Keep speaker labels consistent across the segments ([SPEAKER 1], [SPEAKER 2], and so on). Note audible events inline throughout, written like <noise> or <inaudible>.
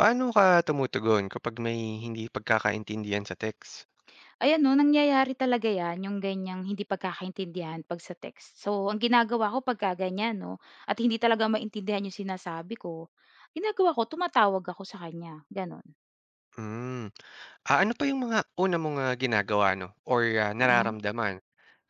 [SPEAKER 1] Paano ka tumutugon kapag may hindi pagkakaintindihan sa text?
[SPEAKER 2] Ayan 'no, nangyayari talaga 'yan, yung ganiyang hindi pagkakaintindihan 'pag sa text. So, ang ginagawa ko pagka ganiyan 'no, at hindi talaga maintindihan yung sinasabi ko, ginagawa ko tumatawag ako sa kanya, gano'n.
[SPEAKER 1] Hmm, ano pa yung mga una mong, ginagawa 'no or
[SPEAKER 2] Mm.
[SPEAKER 1] nararamdaman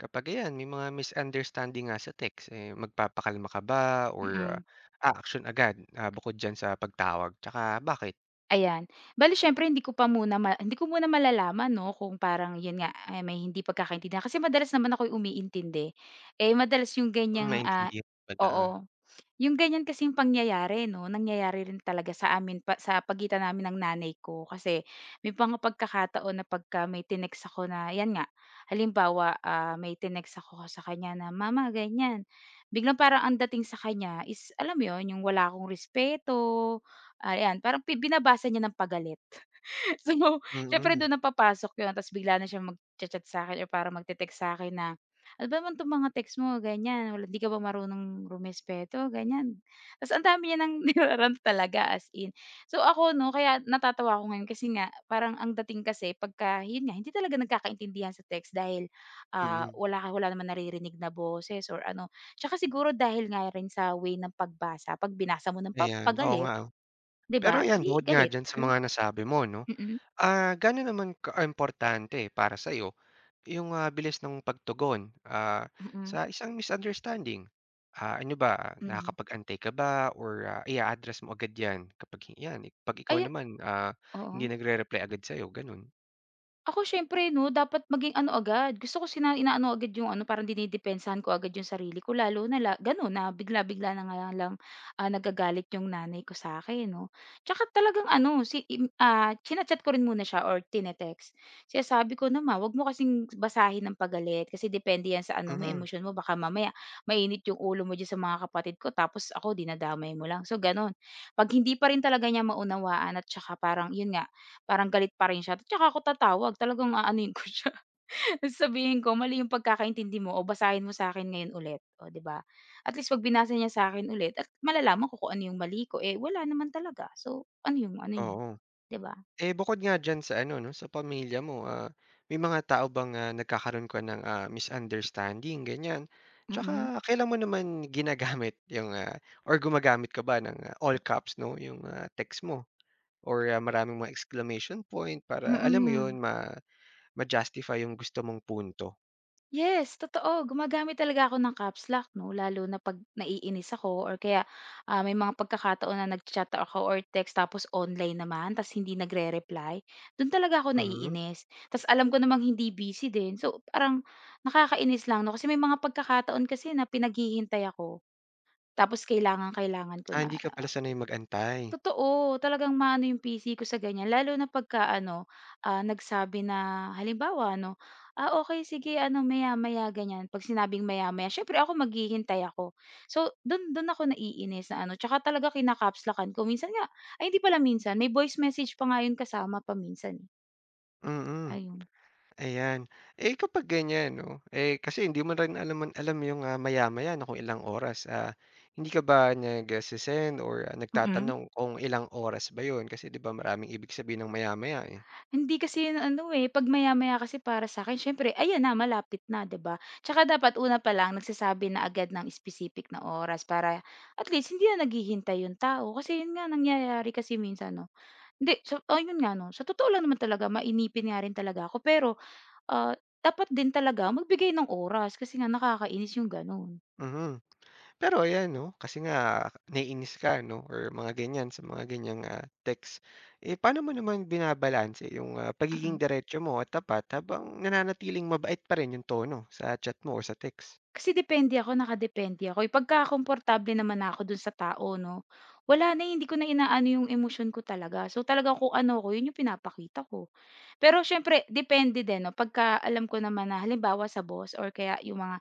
[SPEAKER 1] kapag ayan may mga misunderstanding nga sa text, eh, magpapakalma ka ba or
[SPEAKER 2] Mm.
[SPEAKER 1] aaksyon agad, bukod diyan sa pagtawag tsaka bakit?
[SPEAKER 2] Ayan. Bale siyempre hindi ko muna malalaman 'no, kung parang 'yun nga, ay may hindi pagkakaintindihan kasi madalas naman ako umiintindi. Eh, madalas yung
[SPEAKER 1] Hmm,
[SPEAKER 2] ganiyang,
[SPEAKER 1] naintindihan pala.
[SPEAKER 2] oo. Yung ganyan kasing pangyayari 'no, nangyayari rin talaga sa amin pa sa pagitan namin ng nanay ko. Kasi may mga pagkakataon na pagka may tinext ako na 'yan nga, halimbawa, may tinext ako sa kanya na, "Mama ganyan." Biglang parang ang dating sa kanya is alam mo 'yun, yung wala akong respeto, 'yan parang binabasa niya ng pagalit. So, <laughs>
[SPEAKER 1] Mm.
[SPEAKER 2] siyempre
[SPEAKER 1] Mm.
[SPEAKER 2] dun na papasok yun tapos bigla na siya magcha-chat akin or parang magte-text sa akin na, "Ano ba naman 'tong mga text mo ganyan, wala di ka ba marunong rumespeto?" ganyan. Tapos ang dami niya ng nirarant <laughs> talaga as in. So ako 'no, kaya natatawa ako ngayon kasi nga parang ang dating kasi pagka yun nga hindi talaga nagkakaintindihan sa text dahil,
[SPEAKER 1] Mm.
[SPEAKER 2] wala naman naririnig na boses or ano. Tsaka siguro dahil nga rin sa way ng pagbasa, 'pag binasa mo ng
[SPEAKER 1] Ayan, oo
[SPEAKER 2] pagalit,
[SPEAKER 1] nga, oh.
[SPEAKER 2] 'di
[SPEAKER 1] Pero
[SPEAKER 2] ba,
[SPEAKER 1] ayan
[SPEAKER 2] di
[SPEAKER 1] bukod nga
[SPEAKER 2] galit.
[SPEAKER 1] diyan sa
[SPEAKER 2] <laughs>
[SPEAKER 1] mga nasabi mo 'no.
[SPEAKER 2] Mm.
[SPEAKER 1] Ganon naman importante para sa'yo yung, bilis ng pagtugon, sa
[SPEAKER 2] Mm.
[SPEAKER 1] isang misunderstanding? Ano ba,
[SPEAKER 2] Mm.
[SPEAKER 1] nakakapag-antay ka ba or i address mo agad 'yan kapag 'yan, 'pag ikaw
[SPEAKER 2] Ayun,
[SPEAKER 1] naman, hindi
[SPEAKER 2] oo.
[SPEAKER 1] nagre-reply agad sa'yo, gano'n?
[SPEAKER 2] Ako siyempre 'no, dapat maging ano agad, gusto ko inaano agad yung ano, parang dinidepensahan ko agad yung sarili ko lalo na gano'n na bigla-bigla na nga lang, nagagalit yung nanay ko sa akin 'no. Tsaka talagang ano, china-chat ko rin muna siya or tine-text. Siya sabi ko na, "Ma, 'wag mo kasing basahin ng pagalit kasi depende yan sa ano mo,
[SPEAKER 1] Mhm,
[SPEAKER 2] emosyon mo baka mamaya mainit yung ulo mo diyan sa mga kapatid ko tapos ako dinadamay mo lang." So gano'n. 'Pag hindi pa rin talaga niya maunawaan at tsaka parang yun nga, parang galit pa rin siya, tsaka ako tatawag talagang aanuhin ko siya, <laughs> sasabihin ko, "Mali yung pagkakaintindi mo o basahin mo sa akin ngayon ulit." o 'di ba? At least 'pag binasa niya sa akin ulit at malalaman ko kung ano yung mali ko, eh, wala naman talaga. So, ano yung ano niya,
[SPEAKER 1] oo.
[SPEAKER 2] 'di ba?
[SPEAKER 1] Eh, bukod nga diyan sa ano 'no, sa pamilya mo, may mga tao bang, nagkakaroon ka ng, misunderstanding ganyan? Tsaka
[SPEAKER 2] Mm.
[SPEAKER 1] kailan mo naman ginagamit <laughs> yung, or gumagamit ka ba ng, all caps 'no, yung, text mo or maraming mga exclamation point para alam mo
[SPEAKER 2] Mm.
[SPEAKER 1] yun ma-justify yung gusto mong punto?
[SPEAKER 2] Yes, totoo. Gumagamit talaga ako ng caps lock 'no, lalo na 'pag naiinis ako or kaya, may mga pagkakataon na nag chat ako or text tapos online naman ta's hindi nagre-reply, do'n talaga ako
[SPEAKER 1] Mhm.
[SPEAKER 2] naiinis. Ta's alam ko namang hindi busy din, so parang nakakainis lang 'no, kasi may mga pagkakataon kasi na pinaghihintay ako tapos kailangan kailangan ko
[SPEAKER 1] Hindi
[SPEAKER 2] na.
[SPEAKER 1] ka pala sanay mag-antay.
[SPEAKER 2] Totoo, talagang maano yung PC ko sa ganyan lalo na pagka-ano, nagsabi na halimbawa ano, "Ah, okay sige ano maya-maya," ganyan. 'Pag sinabing maya-maya siyempre ako maghihintay ako. So dun dun ako naiinis na ano, tsaka talaga kina-caps ko minsan nga ay hindi pala minsan, may voice message pa nga yun kasama paminsan, eh,
[SPEAKER 1] Mm.
[SPEAKER 2] ayun.
[SPEAKER 1] Ayan. Eh, kapag ganyan 'no, eh, kasi hindi mo rin alam alam yung, maya-maya na kung ilang oras, hindi ka ba nagse-send or
[SPEAKER 2] Mm.
[SPEAKER 1] nagtatanong kung ilang oras ba yun? Kasi 'di ba maraming ibig sabihin ng maya-maya, eh.
[SPEAKER 2] Hindi kasi yun ano, eh, 'pag maya-maya kasi para sa'kin siyempre ayan na malapit na, 'di ba? Tsaka dapat una pa lang nagsasabi na agad ng specific na oras para at least hindi na naghihintay yung tao. Kasi yun nga nangyayari kasi minsan 'no, hindi sa o yun nga 'no, sa totoo lang naman talaga mainipin nga rin talaga ako pero, ah, dapat din talaga magbigay ng oras kasi nga nakakainis yung gano'n.
[SPEAKER 1] Mhm. Pero ayan 'no, kasi nga naiinis ka 'no or mga ganyan sa mga ganyang, text. Eh, paano mo naman binabalanse yung, pagiging
[SPEAKER 2] Mm.
[SPEAKER 1] diretso mo at tapat habang nananatiling mabait pa rin yung tono sa chat mo o sa text?
[SPEAKER 2] Kasi depende ako, nakadepende ako, eh. Pagka komportable naman na ako dun sa tao 'no, wala na, eh, hindi ko na inaano yung emosyon ko talaga. So, talaga kung ano ako, yun yung pinapakita ko. Pero siyempre depende din 'no, pagka alam ko naman na halimbawa sa boss or kaya yung mga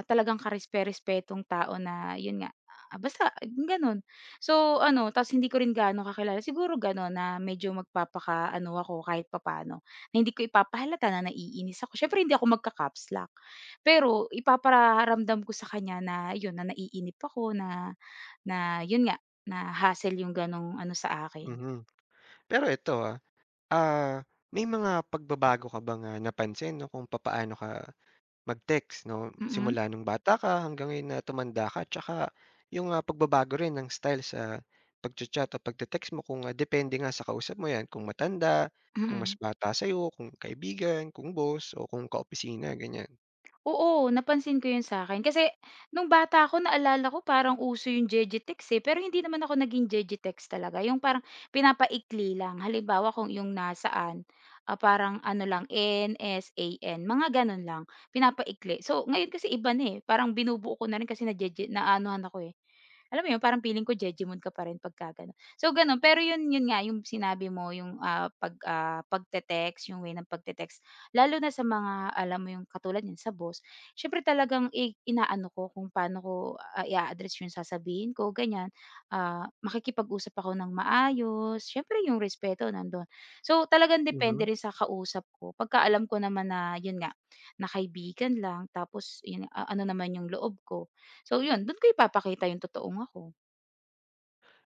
[SPEAKER 2] at talagang karespe-respetong tao na yun nga, basta gano'n. So ano, ta's hindi ko rin gaano kakilala, siguro gano'n na medyo magpapaka-ano ako kahit papaano, na hindi ko ipapahalata na naiinis ako. Siyempre hindi ako magka-caps lock, pero ipaparamdam ko sa kanya na yun, na naiinip ako na na yun nga, na hassle yung gano'ng ano sa akin.
[SPEAKER 1] Mhm. Pero ito, may mga pagbabago ka bang, napansin 'no, kung papaano ka mag-text 'no,
[SPEAKER 2] Mm.
[SPEAKER 1] simula nung bata ka hanggang ngayon na tumanda ka? Tsaka yung, pagbabago rin ng style sa pagcha-chat o pagte-text mo kung, depende nga sa kausap mo 'yan, kung matanda, kung mas
[SPEAKER 2] Mm.
[SPEAKER 1] bata sa'yo, kung kaibigan, kung boss o kung kaopisina, ganyan.
[SPEAKER 2] Oo, napansin ko 'yun sa akin, kasi nung bata ako naalala ko parang uso yung Jejetex, eh, pero hindi naman ako naging Jejetex talaga yung parang pinapaikli lang. Halimbawa kung yung nasaan, parang ano lang NSAN mga gano'n lang, pinapaikli. So, ngayon kasi iba na, eh, parang binubuo ko na rin kasi najeje naanohan ako, eh. Alam mo yun, parang feeling ko jejemon ka pa rin pagka gano'n. So gano'n, pero yun yun nga yung sinabi mo yung, pagte-text, yung way ng pagte-text, lalo na sa mga alam mo yung katulad niyan sa boss, siyempre talagang inaano ko kung paano ko, i-a-address yung sasabihin ko ganyan. Makikipag-usap ako ng maayos, siyempre yung respeto nandun. So talagang depende
[SPEAKER 1] Mhm.
[SPEAKER 2] rin sa kausap ko, pagka alam ko naman na yun nga, na kaibigan lang tapos yun, ano naman yung loob ko. So yun, dun ko ipapakita yung totoong ako.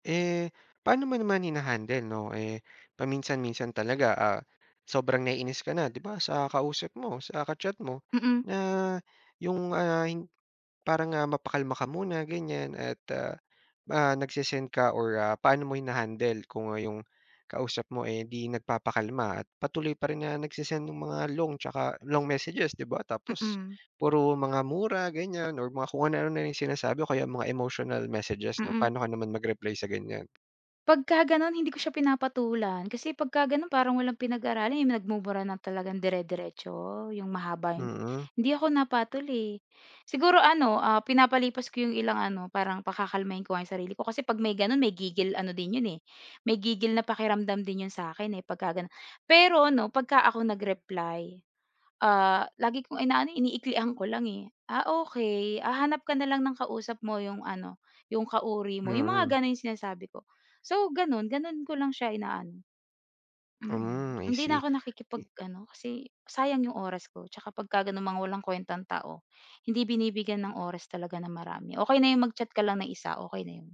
[SPEAKER 1] Eh, paano mo naman hina-handle 'no, eh, paminsan-minsan talaga, sobrang naiinis ka na 'di ba sa kausap mo, sa kachat mo
[SPEAKER 2] Mm.
[SPEAKER 1] na yung, mapakalma ka muna ganyan at, ah, ah, nagse ka or paano mo hina-handle kung, yung kausap mo, eh, 'di nagpapakalma at patuloy pa rin na nagsisend ng mga long tsaka long messages 'di ba? Tapos
[SPEAKER 2] Mm.
[SPEAKER 1] puro mga mura ganyan or mga kung ano-ano na yung sinasabi o kaya mga emotional messages 'no,
[SPEAKER 2] Mm.
[SPEAKER 1] paano ka naman mag-reply sa ganyan?
[SPEAKER 2] Pagka gano'n hindi ko siya pinapatulan kasi pagka gano'n parang walang pinag-aralan, eh, nagmumura na talagang dire-diretso, yung mahaba yung
[SPEAKER 1] Mm.
[SPEAKER 2] hindi ako napatol, eh. Siguro ano, pinapalipas ko yung ilang ano, parang pakakalmahin ko nga yung sarili ko kasi 'pag may gano'n may gigil ano din yun, eh, may gigil na pakiramdam din yun sa'kin, eh, pagka gano'n. Pero 'no, pagka ako nag-reply. Lagi kong inaano, eh, iniiklian ko lang, eh. Okey, hanap ka na lang ng kausap mo yung ano, yung kauri mo, yung mga
[SPEAKER 1] Mm.
[SPEAKER 2] gano'n yung sinasabi ko. So gano'n, gano'n ko lang siya inaano, mm.
[SPEAKER 1] Hmm, I
[SPEAKER 2] Hindi na
[SPEAKER 1] see.
[SPEAKER 2] ako nakikipag-ano, kasi sayang yung oras ko, tsaka pagka gano'ng mga walang kuwentang tao, hindi binibigyan ng oras talaga ng marami. Okey na yung mag-chat ka lang ng isa, okey na yun.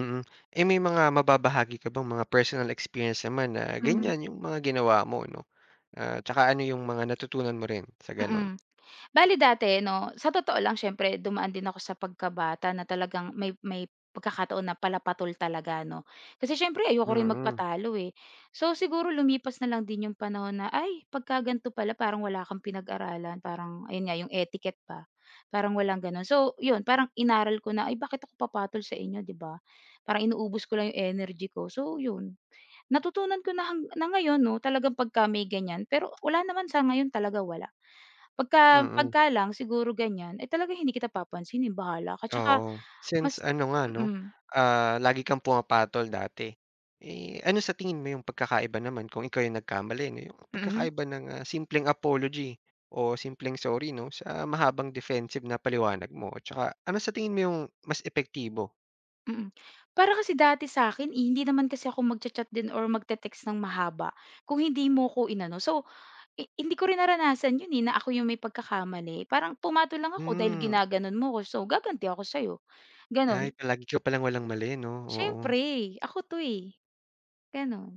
[SPEAKER 1] Mm. Eh, may mga mababahagi ka bang mga personal experience naman na
[SPEAKER 2] Mm.
[SPEAKER 1] ganyan yung mga ginawa mo 'no? Tsaka ano yung mga natutunan mo rin sa gano'n?
[SPEAKER 2] Mm. Bale dati 'no, sa totoo lang siyempre dumaan din ako sa pagkabata na talagang may pagkakataon na palapatol talaga 'no. Kasi siyempre ayoko rin
[SPEAKER 1] Mm.
[SPEAKER 2] magpatalo, eh. So, siguro lumipas na lang din yung panahon na, "Ay, pagka gan'to pala parang wala kang pinag-aralan." Parang ayun nga, yung etiquette pa parang walang gano'n. So, yun parang inaral ko na, "Ay, bakit ako papatol sa inyo, 'di ba? Parang inuubos ko lang yung energy ko." So, yun. Natutunan ko na na ngayon 'no, talagang pagka may ganyan pero wala naman sa ngayon talaga wala. Pagka
[SPEAKER 1] Mm.
[SPEAKER 2] pagka lang siguro ganyan, eh, talagang hindi kita papansinin, bahala ka. Tsaka
[SPEAKER 1] Oo. Since
[SPEAKER 2] mas.
[SPEAKER 1] ano nga 'no,
[SPEAKER 2] Mm.
[SPEAKER 1] lagi kang pumapatol dati, eh, ano sa tingin mo yung pagkakaiba naman kung ikaw yung nagkamali 'no, yung
[SPEAKER 2] Mm.
[SPEAKER 1] pagkakaiba ng, simpleng apology o simpleng sorry 'no, sa mahabang defensive na paliwanag mo? Tsaka ano sa tingin mo yung mas epektibo?
[SPEAKER 2] Mm. Para kasi dati sa'kin, eh, hindi naman kasi ako magcha-chat din or magte-text ng mahaba kung hindi mo ko inano. So, hindi ko rin naranasan yun, eh, na ako yung may pagkakamali. Parang pumatol lang ako dahil
[SPEAKER 1] Hmm,
[SPEAKER 2] ginaganon mo ko, so gaganti ako sa'yo,
[SPEAKER 1] ay
[SPEAKER 2] gano'n.
[SPEAKER 1] palagyo palang walang mali 'no, oo.
[SPEAKER 2] Siyempre, ako 'to, eh, gano'n.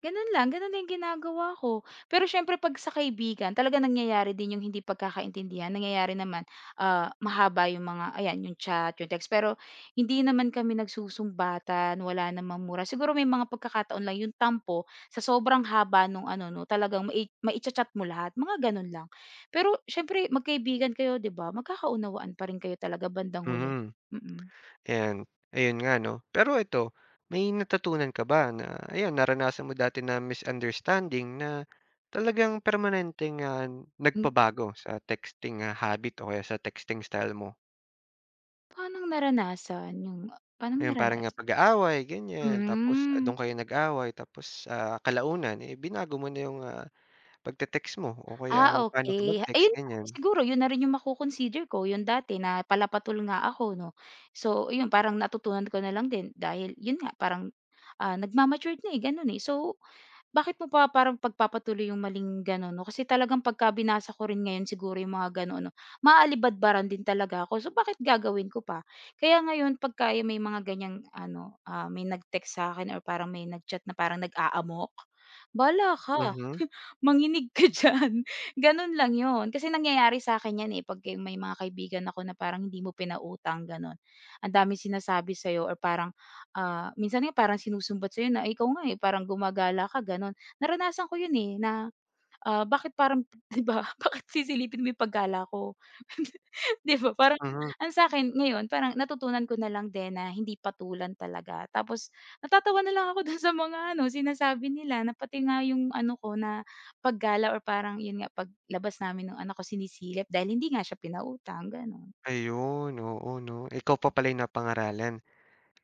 [SPEAKER 2] Gano'n lang yung ginagawa ko. Pero siyempre 'pag sa kaibigan talagang nangyayari din yung hindi pagkakaintindihan, nangyayari naman, mahaba yung mga ayan, yung chat, yung text. Pero hindi naman kami nagsusumbatan, wala namang mura. Siguro may mga pagkakataon lang yung tampo sa sobrang haba nung ano 'no, talagang mai mai chat mo lahat, mga gano'n lang. Pero siyempre magkaibigan kayo 'di ba, magkakaunawaan pa rin kayo talaga bandang
[SPEAKER 1] Mhm,
[SPEAKER 2] huli. Mm-mm. Mm.
[SPEAKER 1] ayan, ayun nga 'no. Pero eto, may natutunan ka ba na ayan naranasan mo dati na misunderstanding na talagang permanenteng, nagpabago sa texting, habit o kaya sa texting style mo?
[SPEAKER 2] Hmm, paanong
[SPEAKER 1] Ayun parang,
[SPEAKER 2] naranasan?
[SPEAKER 1] pag-aaway ganyan tapos,
[SPEAKER 2] Hmm.
[SPEAKER 1] dun kayo nag-away tapos, kalaunan, eh, binago mo na yung, pagte-text mo o kaya
[SPEAKER 2] Ah,
[SPEAKER 1] kung paano ka
[SPEAKER 2] okey.
[SPEAKER 1] mag-text
[SPEAKER 2] Ayun nga,
[SPEAKER 1] ganyan.
[SPEAKER 2] siguro yun na rin yung mako-consider ko, yung dati na palapatol nga ako 'no. So yun, parang natutunan ko na lang din dahil yun nga parang, nagma-matured na, eh, gano'n, eh. So bakit mo pa parang pagpapatuloy yung maling gano'n 'no, kasi talagang pagka binasa ko rin ngayon siguro yung mga gano'n 'no, maaalibadbaran din talaga ako. So bakit gagawin ko pa? Kaya ngayon pagka yung may mga ganiyang ano, may nag-text sa'kin or parang may nag-chat na parang nag-aamok, "Bahala ka."
[SPEAKER 1] Mhm.
[SPEAKER 2] Manginig ka <laughs> diyan, gano'n lang yon. Kasi nangyayari sa akin 'yan, eh, 'pag ka may mga kaibigan ako na parang hindi mo pinautang gano'n, ang daming sinasabi sa'yo or parang, minsan nga parang sinusumbat sa'yo na, "Ikaw nga, eh, parang gumagala ka," gano'n. Naranasan ko 'yun, eh, na bakit parang <laughs> 'di ba, bakit sisilipin mo yung paggala ko? <laughs> 'Di ba parang
[SPEAKER 1] Mhm.
[SPEAKER 2] ang sa akin ngayon parang natutunan ko na lang din na hindi patulan talaga tapos natatawa na lang ako <laughs> dun sa mga ano, sinasabi nila na pati nga yung ano ko na paggala or parang yun nga paglabas namin ng anak ko sinisilip dahil hindi nga siya pinautang, gano'n.
[SPEAKER 1] Ayun, oo 'no, ikaw pa pala yung napangaralan.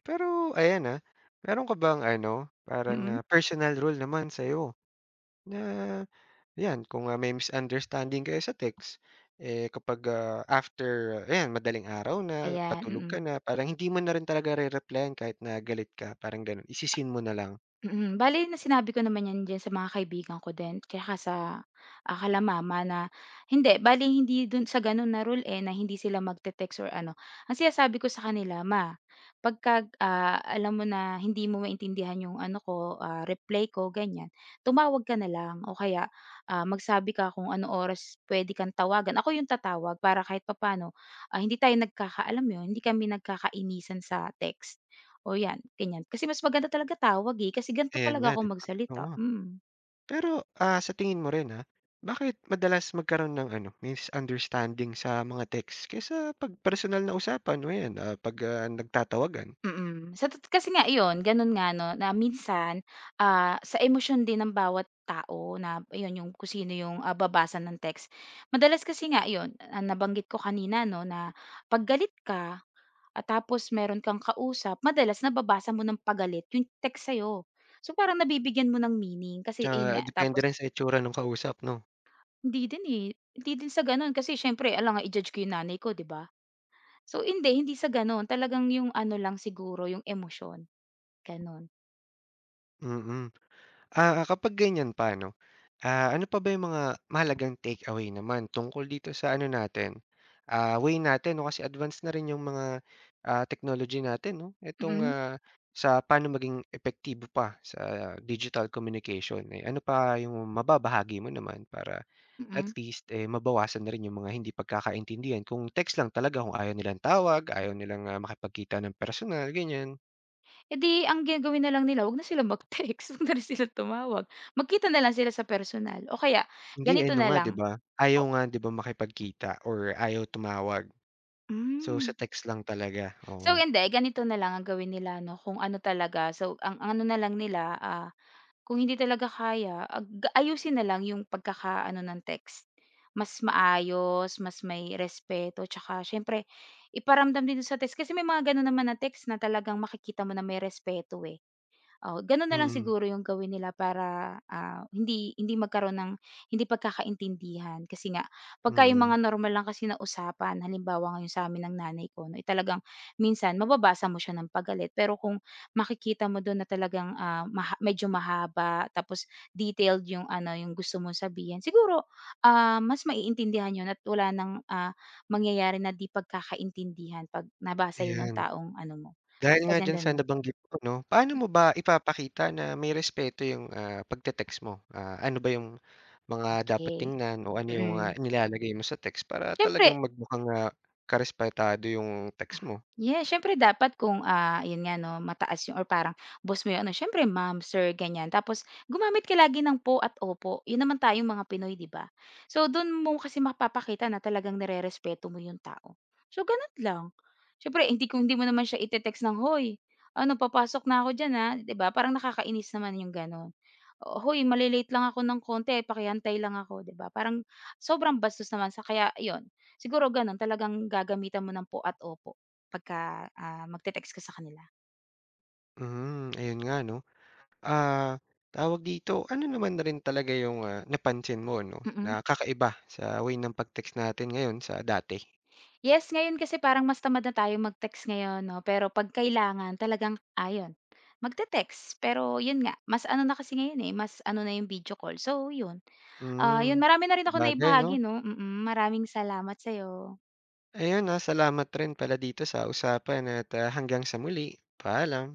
[SPEAKER 1] Pero ayan, meron ka bang ano, parang,
[SPEAKER 2] Mm,
[SPEAKER 1] personal rule naman sa'yo na 'yan kung, may misunderstanding kayo sa text, eh, kapag, after ayan madaling araw na,
[SPEAKER 2] ayan.
[SPEAKER 1] patulog
[SPEAKER 2] Mm.
[SPEAKER 1] ka na, parang hindi mo na rin talaga re-replyan kahit na galit ka, parang gano'n, isisin mo na lang.
[SPEAKER 2] Mm, bale na sinabi ko naman 'yan diyan sa mga kaibigan ko din tsaka sa, kila mama na bale hindi do'n sa gano'n na rule, eh, na hindi sila magte-text or ano. Ang sinasabi ko sa kanila, "Ma, pagka, alam mo na hindi mo maintindihan 'yung ano ko, reply ko ganiyan, tumawag ka na lang o kaya, magsabi ka kung anong oras puwede kang tawagan." Ako 'yung tatawag para kahit papaano, hindi tayo alam mo 'yun, hindi kami nagkakainisan sa text. O yan, ganyan. Kasi mas maganda talaga tawag, eh, kasi ganito
[SPEAKER 1] Ayan
[SPEAKER 2] talaga
[SPEAKER 1] nga,
[SPEAKER 2] ako
[SPEAKER 1] 'di ba?
[SPEAKER 2] magsalita,
[SPEAKER 1] Oo.
[SPEAKER 2] mm.
[SPEAKER 1] Pero, sa tingin mo rin, bakit madalas magkaroon ng ano, misunderstanding sa mga text kaysa 'pag personal na usapan o 'yan, 'pag nagtatawagan?
[SPEAKER 2] Mm. Sa tot kasi nga iyon, gano'n nga 'no, na minsan, sa emosyon din ng bawat tao na iyon yung kung sino yung, babasa ng text. Madalas kasi nga iyon, nabanggit ko kanina 'no, na 'pag galit ka at tapos meron kang kausap, madalas nababasa mo ng pagalit yung text sa'yo. So, parang nabibigyan mo ng meaning kasi iyon
[SPEAKER 1] Tsaka
[SPEAKER 2] nga
[SPEAKER 1] depende
[SPEAKER 2] tapos
[SPEAKER 1] rin sa itsura nung kausap 'no?
[SPEAKER 2] hindi din, eh, hindi din sa gano'n kasi siyempre, ala nga i-judge ko yung nanay ko, 'di ba? So hindi sa gano'n talagang yung ano lang siguro yung emosyon, gano'n.
[SPEAKER 1] Mm. Kapag ganyan pa paano? Ano pa ba yung mga mahalagang takeaway naman tungkol dito sa ano natin, way natin 'no, kasi advance na rin yung mga, technology natin 'no, itong,
[SPEAKER 2] Mm.
[SPEAKER 1] sa paano maging epektibo pa sa digital communication, eh, ano pa yung mababahagi mo naman para at
[SPEAKER 2] Mm.
[SPEAKER 1] least, eh, mabawasan na rin yung mga hindi pagkakaintindihan kung text lang talaga kung ayaw nilang tawag, ayaw nilang, makipagkita ng personal, ganyan.
[SPEAKER 2] Eh, di ang gagawin na lang nila wag na silang mag-text, <laughs> wag na rin silang tumawag, magkita na lang sila sa personal o kaya
[SPEAKER 1] Hindi, eh,
[SPEAKER 2] ganito
[SPEAKER 1] ano
[SPEAKER 2] na
[SPEAKER 1] nga
[SPEAKER 2] lang
[SPEAKER 1] 'di ba,
[SPEAKER 2] o
[SPEAKER 1] ayaw nga 'di ba makipagkita or ayaw tumawag. So,
[SPEAKER 2] hmm.
[SPEAKER 1] sa text lang talaga,
[SPEAKER 2] So
[SPEAKER 1] oo.
[SPEAKER 2] hindi, ganito na lang ang gawin nila 'no, kung ano talaga so ang ano na lang nila, kung hindi talaga kaya, ayusin na lang yung pagkakaano ng text. Mas maayos, mas may respeto, tsaka siyempre iparamdam din dun sa text kasi may mga gano'n naman na text na talagang makikita mo na may respeto, eh. Oo, gano'n na lang
[SPEAKER 1] Mm.
[SPEAKER 2] siguro yung gawin nila para, hindi hindi magkaroon ng hindi pagkakaintindihan. Kasi nga pagka yung
[SPEAKER 1] Mm.
[SPEAKER 2] mga normal lang kasi na usapan, halimbawa ngayon sa'min ng nanay ko 'no, eh, talagang minsan mababasa mo siya ng pagalit. Pero kung makikita mo do'n na talagang, medyo mahaba tapos detailed yung ano, yung gusto mong sabihin, siguro, mas maiintindihan yun at wala ng, mangyayari na 'di pagkakaintindihan 'pag nabasa yun ng
[SPEAKER 1] Ayan.
[SPEAKER 2] taong ano mo,
[SPEAKER 1] Dahil nga diyan
[SPEAKER 2] pinagsesendan
[SPEAKER 1] sa
[SPEAKER 2] mo.
[SPEAKER 1] nabanggit mo 'no, paano mo ba ipapakita na may respeto yung, pagte-text mo? Ano ba yung mga dapat
[SPEAKER 2] Okay.
[SPEAKER 1] tingnan o ano yung,
[SPEAKER 2] Mm.
[SPEAKER 1] nilalagay mo sa text para
[SPEAKER 2] Siyempre,
[SPEAKER 1] talagang magmukhang, karespetado yung text mo?
[SPEAKER 2] Yeah, siyempre dapat kung, yun nga 'no, mataas yung or parang boss mo yung ano, siyempre ma'am, sir, ganyan. Tapos gumamit ka lagi ng po at opo. Yun naman tayong mga Pinoy, 'di ba? So, dun mo kasi mapapakita na talagang nare-respeto mo yung tao. So, ganun lang. Siyempre hindi kung hindi mo naman siya ite-text ng, "Hoy, ano, papasok na ako diyan, ah." 'Di ba, parang nakakainis naman yung gano'n. O, "Hoy, male lang ako ng konti, pakihantay lang ako." 'Di ba, parang sobrang bastos naman sa kaya yun, siguro gano'n talagang gagamitan mo ng po at opo. Pagka, magte-text ka sa kanila,
[SPEAKER 1] Hmm, ayun nga 'no. Ah, Tawag dito, ano naman na rin talaga yung, napansin mo 'no, na
[SPEAKER 2] mm.
[SPEAKER 1] kakaiba sa way ng pag-text natin ngayon sa dati?
[SPEAKER 2] Yes, ngayon kasi parang mas tamad na tayo mag-text ngayon 'no, pero 'pag kailangan talagang ayon magte-text. Pero yun nga, mas ano na kasi ngayon, eh, mas ano na yung video call. So yun, yun
[SPEAKER 1] Hmm,
[SPEAKER 2] marami na rin akong
[SPEAKER 1] sabagay 'no?
[SPEAKER 2] naibahagi 'no, mm. Maraming salamat sa'yo.
[SPEAKER 1] Ayun, salamat rin pala dito sa usapan at, hanggang sa muli. Paalam.